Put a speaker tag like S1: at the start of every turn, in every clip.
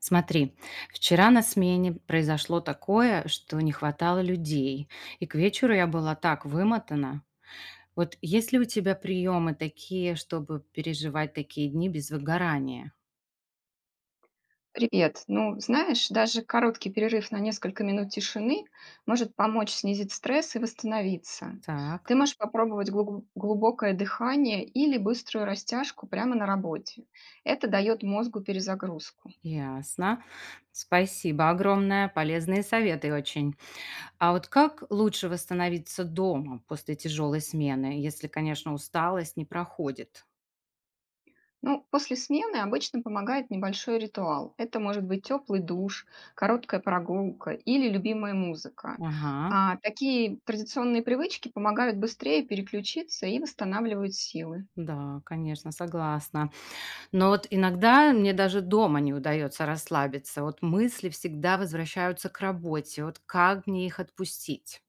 S1: Смотри, вчера на смене произошло такое, что не хватало людей, и к вечеру я была так вымотана. Вот есть ли у тебя приемы такие, чтобы переживать такие дни без выгорания?
S2: Привет. Ну, знаешь, даже короткий перерыв на несколько минут тишины может помочь снизить стресс и восстановиться.
S1: Так,
S2: Ты можешь попробовать глубокое дыхание или быструю растяжку прямо на работе. Это дает мозгу перезагрузку.
S1: ясно. Спасибо огромное, полезные советы очень. А вот как лучше восстановиться дома после тяжелой смены, если, конечно, усталость не проходит?
S2: Ну, после смены обычно помогает небольшой ритуал. Это может быть теплый душ, короткая прогулка или любимая музыка.
S1: Ага,
S2: А такие традиционные привычки помогают быстрее переключиться и восстанавливают силы.
S1: да, конечно, согласна. Но вот иногда мне даже дома не удается расслабиться. Вот мысли всегда возвращаются к работе. Вот как мне их отпустить?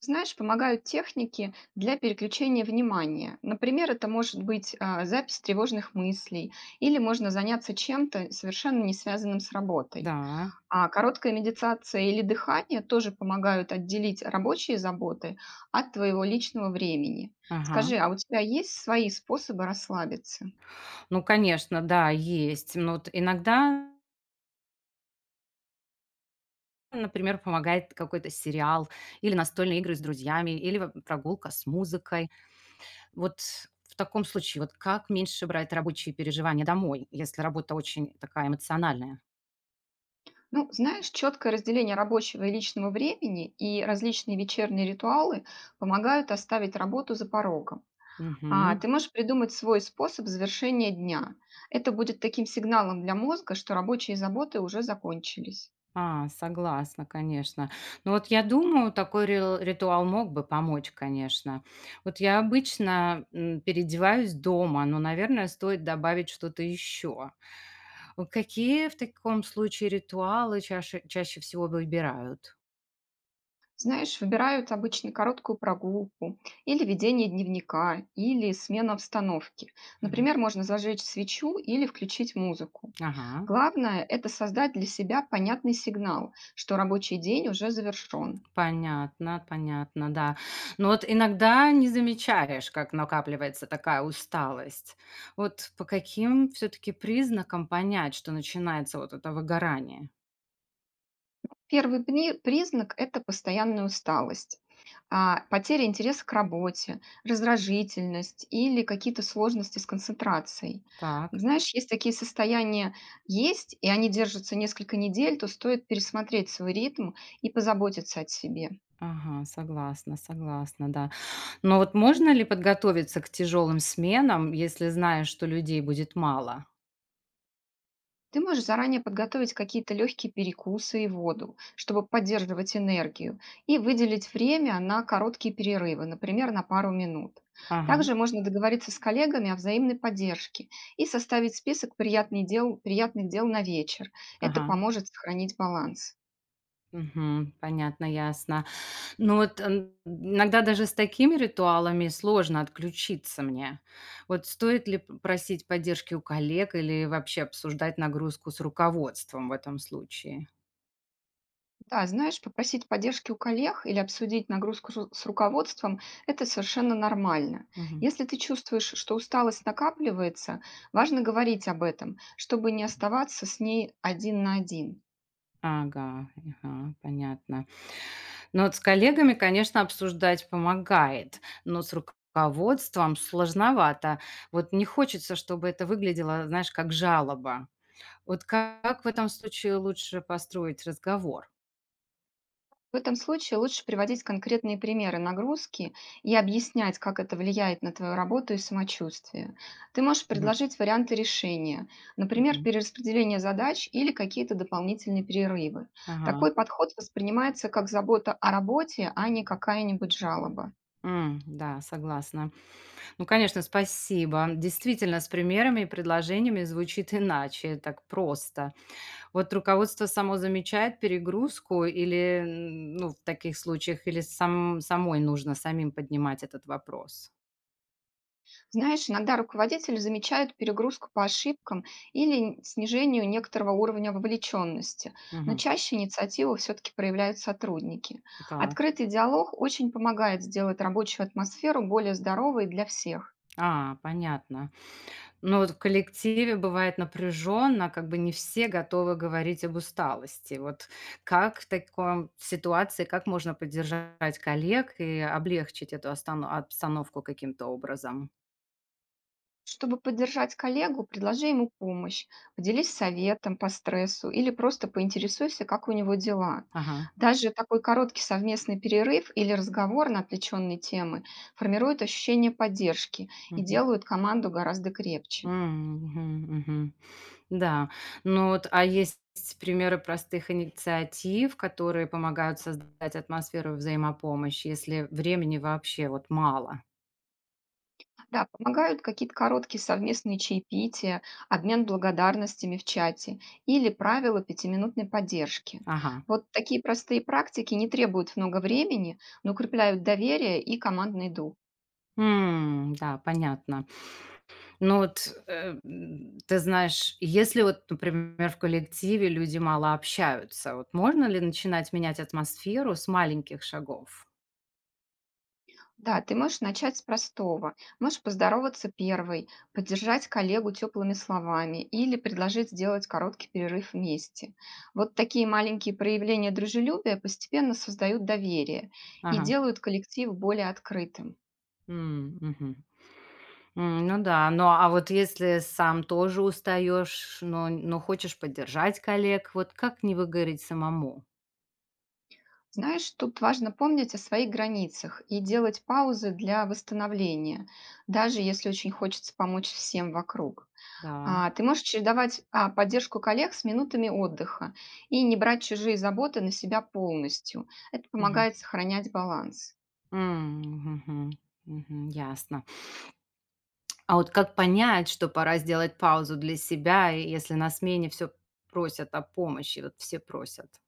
S2: Знаешь, помогают техники для переключения внимания. Например, это может быть запись тревожных мыслей или можно заняться чем-то совершенно не связанным с работой.
S1: Да,
S2: А короткая медитация или дыхание тоже помогают отделить рабочие заботы от твоего личного времени.
S1: ага.
S2: Скажи, а у тебя есть свои способы расслабиться?
S1: Ну, конечно, да, есть. Но вот иногда, например, помогает какой-то сериал или настольные игры с друзьями, или прогулка с музыкой. Вот в таком случае, вот как меньше брать рабочие переживания домой, если работа очень такая эмоциональная?
S2: Ну, знаешь, четкое разделение рабочего и личного времени и различные вечерние ритуалы помогают оставить работу за порогом.
S1: Угу.
S2: Ты можешь придумать свой способ завершения дня. Это будет таким сигналом для мозга, что рабочие заботы уже закончились.
S1: А, согласна, конечно. Ну вот я думаю, такой рил ритуал мог бы помочь, конечно. Вот я обычно, переодеваюсь дома, но, наверное, стоит добавить что-то еще. Вот какие в таком случае ритуалы чаше чаще всего выбирают?
S2: Знаешь, выбирают обычно короткую прогулку, или ведение дневника, или смена обстановки.
S1: Мгм.
S2: Например, можно зажечь свечу или включить музыку.
S1: Ага,
S2: Главное– это создать для себя понятный сигнал, что рабочий день уже завершен.
S1: понятно, понятно, да. Но вот иногда не замечаешь, как накапливается такая усталость. Вот по каким все-таки признакам понять, что начинается вот это выгорание?
S2: Первый признак– это постоянная усталость. Потеря интереса к работе, раздражительность или какие-то сложности с концентрацией.
S1: Так.
S2: Знаешь, есть такие состояния, есть, и они держатся несколько недель, то стоит пересмотреть свой ритм и позаботиться о себе.
S1: Ага, согласна, согласна, да. Но вот можно ли подготовиться к тяжелым сменам, если знаешь, что людей будет мало?
S2: Ты можешь заранее подготовить какие-то легкие перекусы и воду, чтобы поддерживать энергию, и выделить время на короткие перерывы, например, на пару минут.
S1: Ага,
S2: Также можно договориться с коллегами о взаимной поддержке и составить список приятных дел на вечер. Это
S1: ага,
S2: поможет сохранить баланс.
S1: мгм, понятно, ясно. Ну вот иногда даже с такими ритуалами сложно отключиться мне. Вот стоит ли просить поддержки у коллег или вообще обсуждать нагрузку с руководством в этом случае?
S2: Да, знаешь, попросить поддержки у коллег или обсудить нагрузку с руководством– это совершенно нормально.
S1: Мгм.
S2: Если ты чувствуешь, что усталость накапливается, важно говорить об этом, чтобы не оставаться с ней один на один.
S1: Ага, ага, понятно. Ну вот с коллегами, конечно, обсуждать помогает, но с руководством сложновато. Вот не хочется, чтобы это выглядело, знаешь, как жалоба. Вот как в этом случае лучше построить разговор?
S2: В этом случае лучше приводить конкретные примеры нагрузки и объяснять, как это влияет на твою работу и самочувствие. Ты можешь
S1: Мгм.
S2: предложить варианты решения, например,
S1: Мгм.
S2: перераспределение задач или какие-то дополнительные перерывы.
S1: Ага.
S2: Такой подход воспринимается как забота о работе, а не какая-нибудь жалоба.
S1: Да, согласна. Ну, конечно, спасибо. Действительно, с примерами и предложениями звучит иначе, так просто. Вот руководство само замечает перегрузку или, ну, в таких случаях, или самой нужно самим поднимать этот вопрос?
S2: Знаешь, иногда руководители замечают перегрузку по ошибкам или снижению некоторого уровня вовлеченности, но
S1: Мгм.
S2: чаще инициативу все-таки проявляют сотрудники.
S1: Так.
S2: Открытый диалог очень помогает сделать рабочую атмосферу более здоровой для всех.
S1: А, понятно. Ну, вот в коллективе бывает напряженно, как бы не все готовы говорить об усталости. Вот как в такой ситуации, как можно поддержать коллег и облегчить эту останов обстановку каким-то образом?
S2: Чтобы поддержать коллегу, предложи ему помощь, поделись советом по стрессу или просто поинтересуйся, как у него дела.
S1: Ага.
S2: Даже такой короткий совместный перерыв или разговор на отвлеченные темы формируют ощущение поддержки и
S1: Мгм.
S2: делают команду гораздо крепче.
S1: Мгм, мгм. Да. Ну вот, а есть примеры простых инициатив, которые помогают создать атмосферу взаимопомощи, если времени вообще вот мало?
S2: Да, помогают какие-то короткие совместные чаепития, обмен благодарностями в чате или правила пятиминутной поддержки.
S1: Ага.
S2: Вот такие простые практики не требуют много времени, но укрепляют доверие и командный дух.
S1: Да, понятно. Ну вот, ты знаешь, если вот, например, в коллективе люди мало общаются, вот можно ли начинать менять атмосферу с маленьких шагов?
S2: Да, ты можешь начать с простого. Можешь поздороваться первой, поддержать коллегу теплыми словами или предложить сделать короткий перерыв вместе. Вот такие маленькие проявления дружелюбия постепенно создают доверие и
S1: Ага.
S2: делают коллектив более открытым.
S1: Мгм. Ну да. Ну, а вот если сам тоже устаешь, но хочешь поддержать коллег, вот как не выгореть самому?
S2: Знаешь, тут важно помнить о своих границах и делать паузы для восстановления, даже если очень хочется помочь всем вокруг.
S1: Да.
S2: Ты можешь чередовать поддержку коллег с минутами отдыха и не брать чужие заботы на себя полностью. Это
S1: Мгм.
S2: помогает сохранять баланс.
S1: Мгм. Мгм. Ясно. А вот как понять, что пора сделать паузу для себя, и если на смене все просят о помощи, вот все просят?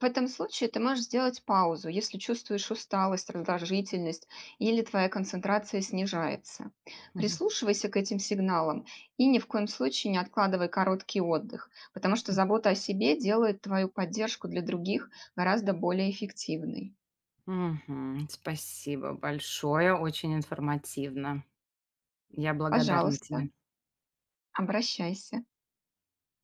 S2: В этом случае ты можешь сделать паузу, если чувствуешь усталость, раздражительность или твоя концентрация снижается.
S1: Мгм.
S2: Прислушивайся к этим сигналам и ни в коем случае не откладывай короткий отдых, потому что забота о себе делает твою поддержку для других гораздо более эффективной.
S1: Мгм. Спасибо большое, очень информативно. Я благодарна
S2: Пожалуйста,
S1: тебе.
S2: обращайся.